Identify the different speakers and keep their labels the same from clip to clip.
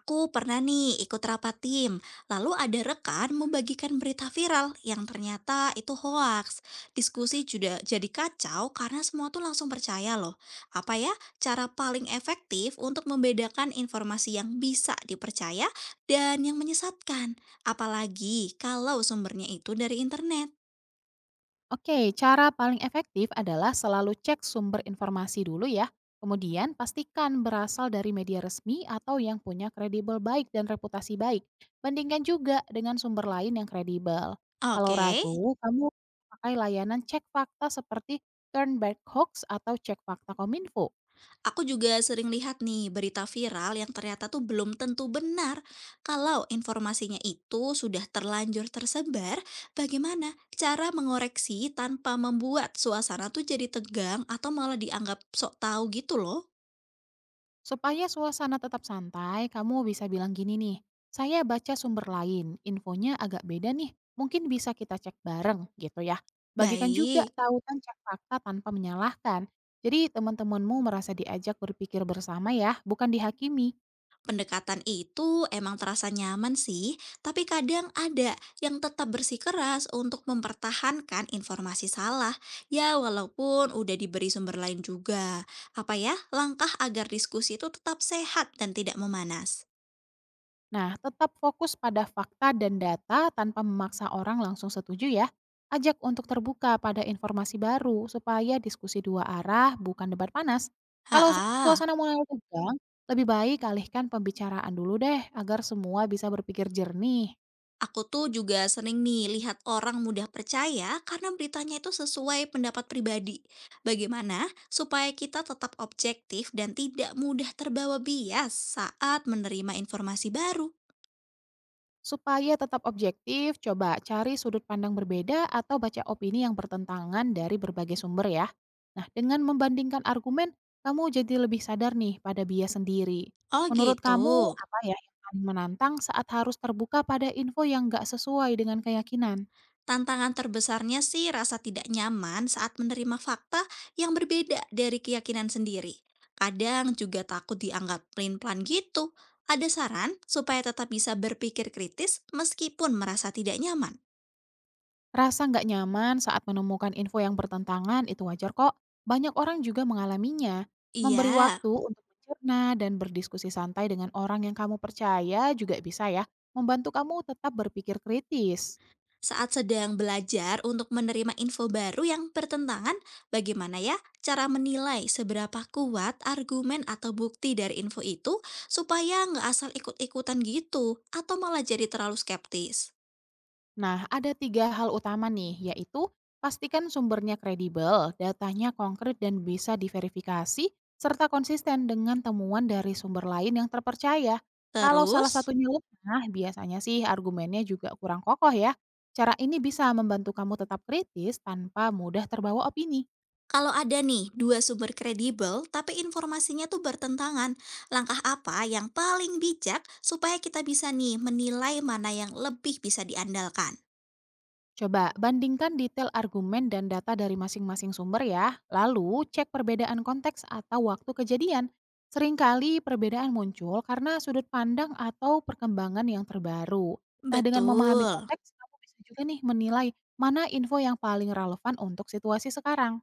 Speaker 1: Aku pernah nih ikut rapat tim, lalu ada rekan membagikan berita viral yang ternyata itu hoaks. Diskusi juga jadi kacau karena semua tuh langsung percaya loh. Apa ya cara paling efektif untuk membedakan informasi yang bisa dipercaya dan yang menyesatkan? Apalagi kalau sumbernya itu dari internet.
Speaker 2: Oke, cara paling efektif adalah selalu cek sumber informasi dulu ya. Kemudian pastikan berasal dari media resmi atau yang punya kredibel baik dan reputasi baik. Bandingkan juga dengan sumber lain yang kredibel. Kalau
Speaker 1: Oke.
Speaker 2: ragu, kamu pakai layanan cek fakta seperti Turnback Hoax atau cek fakta Kominfo.
Speaker 1: Aku juga sering lihat nih berita viral yang ternyata tuh belum tentu benar. Kalau informasinya itu sudah terlanjur tersebar, bagaimana cara mengoreksi tanpa membuat suasana tuh jadi tegang atau malah dianggap sok tahu gitu loh?
Speaker 2: Supaya suasana tetap santai, kamu bisa bilang gini nih, saya baca sumber lain, infonya agak beda nih, mungkin bisa kita cek bareng gitu ya. Bagikan juga
Speaker 1: Baik.
Speaker 2: tautan cek fakta tanpa menyalahkan. Jadi teman-temanmu merasa diajak berpikir bersama ya, bukan dihakimi.
Speaker 1: Pendekatan itu emang terasa nyaman sih, tapi kadang ada yang tetap bersikeras untuk mempertahankan informasi salah, ya walaupun udah diberi sumber lain juga. Apa ya, langkah agar diskusi itu tetap sehat dan tidak memanas.
Speaker 2: Nah, tetap fokus pada fakta dan data tanpa memaksa orang langsung setuju ya. Ajak untuk terbuka pada informasi baru supaya diskusi dua arah bukan debat panas. Kalau suasana
Speaker 1: Haa,
Speaker 2: mulai tegang, lebih baik alihkan pembicaraan dulu deh agar semua bisa berpikir jernih.
Speaker 1: aku tuh juga sering nih lihat orang mudah percaya karena beritanya itu sesuai pendapat pribadi. Bagaimana supaya kita tetap objektif dan tidak mudah terbawa bias saat menerima informasi baru?
Speaker 2: Supaya tetap objektif, coba cari sudut pandang berbeda atau baca opini yang bertentangan dari berbagai sumber ya. Nah, dengan membandingkan argumen, kamu jadi lebih sadar nih pada bias sendiri.
Speaker 1: Oh
Speaker 2: Menurut
Speaker 1: gitu.
Speaker 2: kamu, apa ya yang paling menantang saat harus terbuka pada info yang nggak sesuai dengan keyakinan?
Speaker 1: Tantangan terbesarnya sih rasa tidak nyaman saat menerima fakta yang berbeda dari keyakinan sendiri. Kadang juga takut dianggap pelin-pelan gitu. Ada saran supaya tetap bisa berpikir kritis meskipun merasa tidak nyaman?
Speaker 2: Rasa nggak nyaman saat menemukan info yang bertentangan itu wajar kok. Banyak orang juga mengalaminya. Memberi
Speaker 1: Iya.
Speaker 2: waktu untuk mencerna dan berdiskusi santai dengan orang yang kamu percaya juga bisa ya, membantu kamu tetap berpikir kritis.
Speaker 1: Saat sedang belajar untuk menerima info baru yang bertentangan, bagaimana ya cara menilai seberapa kuat argumen atau bukti dari info itu supaya nggak asal ikut-ikutan gitu atau malah jadi terlalu skeptis?
Speaker 2: Nah, ada tiga hal utama nih, yaitu pastikan sumbernya kredibel, datanya konkret dan bisa diverifikasi, serta konsisten dengan temuan dari sumber lain yang terpercaya. Kalau salah
Speaker 1: Terus,
Speaker 2: satunya lemah, biasanya sih argumennya juga kurang kokoh ya. Cara ini bisa membantu kamu tetap kritis tanpa mudah terbawa opini.
Speaker 1: kalau ada nih dua sumber kredibel tapi informasinya tuh bertentangan, langkah apa yang paling bijak supaya kita bisa nih menilai mana yang lebih bisa diandalkan?
Speaker 2: Coba bandingkan detail argumen dan data dari masing-masing sumber ya, lalu cek perbedaan konteks atau waktu kejadian. Seringkali perbedaan muncul karena sudut pandang atau perkembangan yang terbaru. Nah, dengan memahami
Speaker 1: Betul.
Speaker 2: konteks, kamu bisa juga nih menilai mana info yang paling relevan untuk situasi sekarang.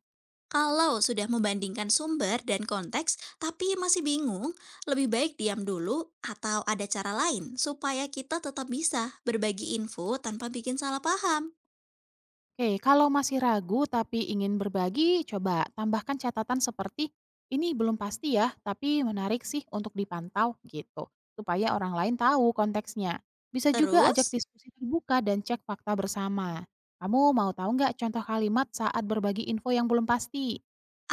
Speaker 1: Kalau sudah membandingkan sumber dan konteks tapi masih bingung, lebih baik diam dulu atau ada cara lain supaya kita tetap bisa berbagi info tanpa bikin salah paham.
Speaker 2: Oke, kalau masih ragu tapi ingin berbagi, coba tambahkan catatan seperti ini belum pasti ya, tapi menarik sih untuk dipantau gitu, supaya orang lain tahu konteksnya. Bisa juga ajak
Speaker 1: Terus,
Speaker 2: diskusi terbuka dan cek fakta bersama. Kamu mau tahu nggak contoh kalimat saat berbagi info yang belum pasti?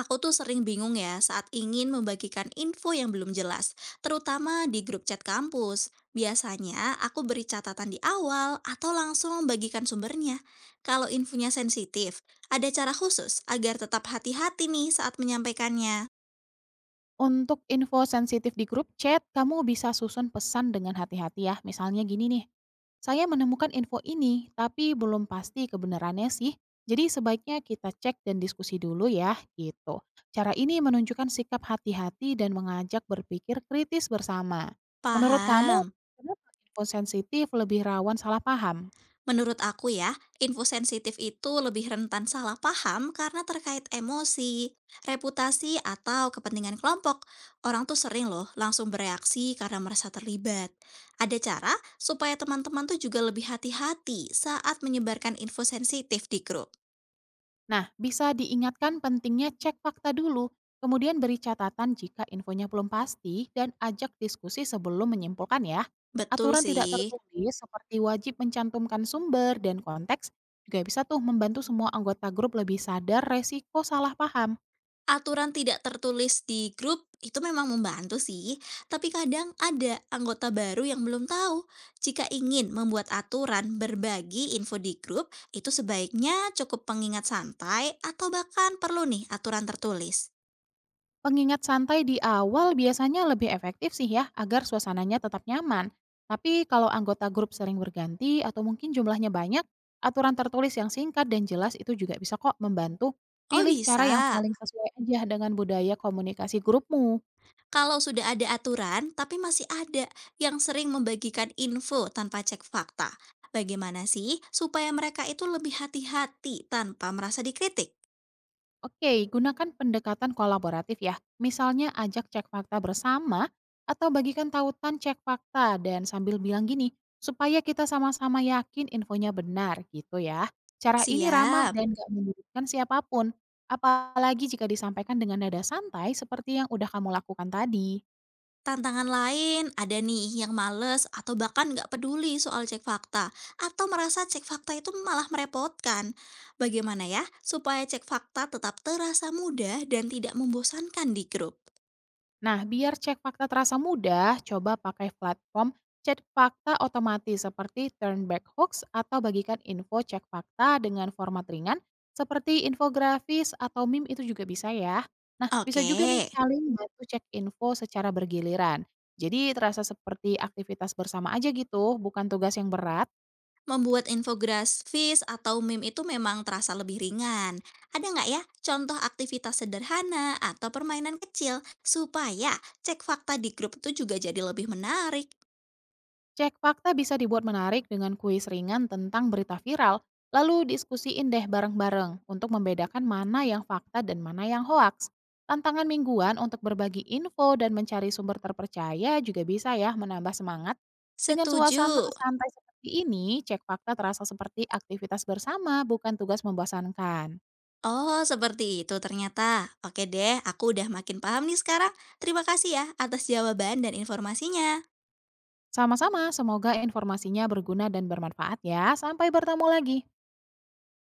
Speaker 1: aku tuh sering bingung ya saat ingin membagikan info yang belum jelas, terutama di grup chat kampus. Biasanya aku beri catatan di awal atau langsung membagikan sumbernya. Kalau infonya sensitif, ada cara khusus agar tetap hati-hati nih saat menyampaikannya.
Speaker 2: Untuk info sensitif di grup chat, kamu bisa susun pesan dengan hati-hati ya. Misalnya gini nih, saya menemukan info ini, tapi belum pasti kebenarannya sih. Jadi sebaiknya kita cek dan diskusi dulu ya, gitu. Cara ini menunjukkan sikap hati-hati dan mengajak berpikir kritis bersama. Menurut kamu,
Speaker 1: Paham?
Speaker 2: kenapa info sensitif lebih rawan salah paham?
Speaker 1: Menurut aku ya, info sensitif itu lebih rentan salah paham karena terkait emosi, reputasi, atau kepentingan kelompok. Orang tuh sering loh langsung bereaksi karena merasa terlibat. Ada cara supaya teman-teman tuh juga lebih hati-hati saat menyebarkan info sensitif di grup.
Speaker 2: Nah, bisa diingatkan pentingnya cek fakta dulu, kemudian beri catatan jika infonya belum pasti dan ajak diskusi sebelum menyimpulkan ya.
Speaker 1: Betul
Speaker 2: Aturan
Speaker 1: sih.
Speaker 2: tidak tertulis seperti wajib mencantumkan sumber dan konteks juga bisa tuh membantu semua anggota grup lebih sadar resiko salah paham.
Speaker 1: Aturan tidak tertulis di grup itu memang membantu sih, tapi kadang ada anggota baru yang belum tahu. Jika ingin membuat aturan berbagi info di grup, itu sebaiknya cukup pengingat santai atau bahkan perlu nih aturan tertulis.
Speaker 2: Pengingat santai di awal biasanya lebih efektif sih ya, agar suasananya tetap nyaman. Tapi kalau anggota grup sering berganti atau mungkin jumlahnya banyak, aturan tertulis yang singkat dan jelas itu juga bisa kok membantu.
Speaker 1: Oh
Speaker 2: Pilih cara yang
Speaker 1: bisa.
Speaker 2: paling sesuai aja dengan budaya komunikasi grupmu.
Speaker 1: Kalau sudah ada aturan, tapi masih ada yang sering membagikan info tanpa cek fakta. Bagaimana sih supaya mereka itu lebih hati-hati tanpa merasa dikritik?
Speaker 2: Oke, gunakan pendekatan kolaboratif ya. Misalnya ajak cek fakta bersama atau bagikan tautan cek fakta dan sambil bilang gini, supaya kita sama-sama yakin infonya benar gitu ya. Cara ini ramah
Speaker 1: Siap.
Speaker 2: dan gak menyudutkan siapapun. Apalagi jika disampaikan dengan nada santai seperti yang udah kamu lakukan tadi.
Speaker 1: Tantangan lain ada nih yang males atau bahkan nggak peduli soal cek fakta atau merasa cek fakta itu malah merepotkan. Bagaimana ya supaya cek fakta tetap terasa mudah dan tidak membosankan di grup?
Speaker 2: Nah, biar cek fakta terasa mudah, coba pakai platform cek fakta otomatis seperti Turn Back Hoax atau bagikan info cek fakta dengan format ringan seperti infografis atau meme itu juga bisa ya. Nah, bisa
Speaker 1: Oke,
Speaker 2: juga nih saling bantu cek info secara bergiliran. Jadi terasa seperti aktivitas bersama aja gitu, bukan tugas yang berat.
Speaker 1: membuat infografis atau meme itu memang terasa lebih ringan. Ada nggak ya contoh aktivitas sederhana atau permainan kecil supaya cek fakta di grup itu juga jadi lebih menarik?
Speaker 2: Cek fakta bisa dibuat menarik dengan kuis ringan tentang berita viral, lalu diskusiin deh bareng-bareng untuk membedakan mana yang fakta dan mana yang hoaks. Tantangan mingguan untuk berbagi info dan mencari sumber terpercaya juga bisa ya menambah semangat. Dengan
Speaker 1: Setuju.
Speaker 2: suasana santai seperti ini, cek fakta terasa seperti aktivitas bersama, bukan tugas membosankan.
Speaker 1: Oh, seperti itu ternyata. Oke deh, aku udah makin paham nih sekarang. Terima kasih ya atas jawaban dan informasinya.
Speaker 2: Sama-sama, semoga informasinya berguna dan bermanfaat ya. Sampai bertemu lagi.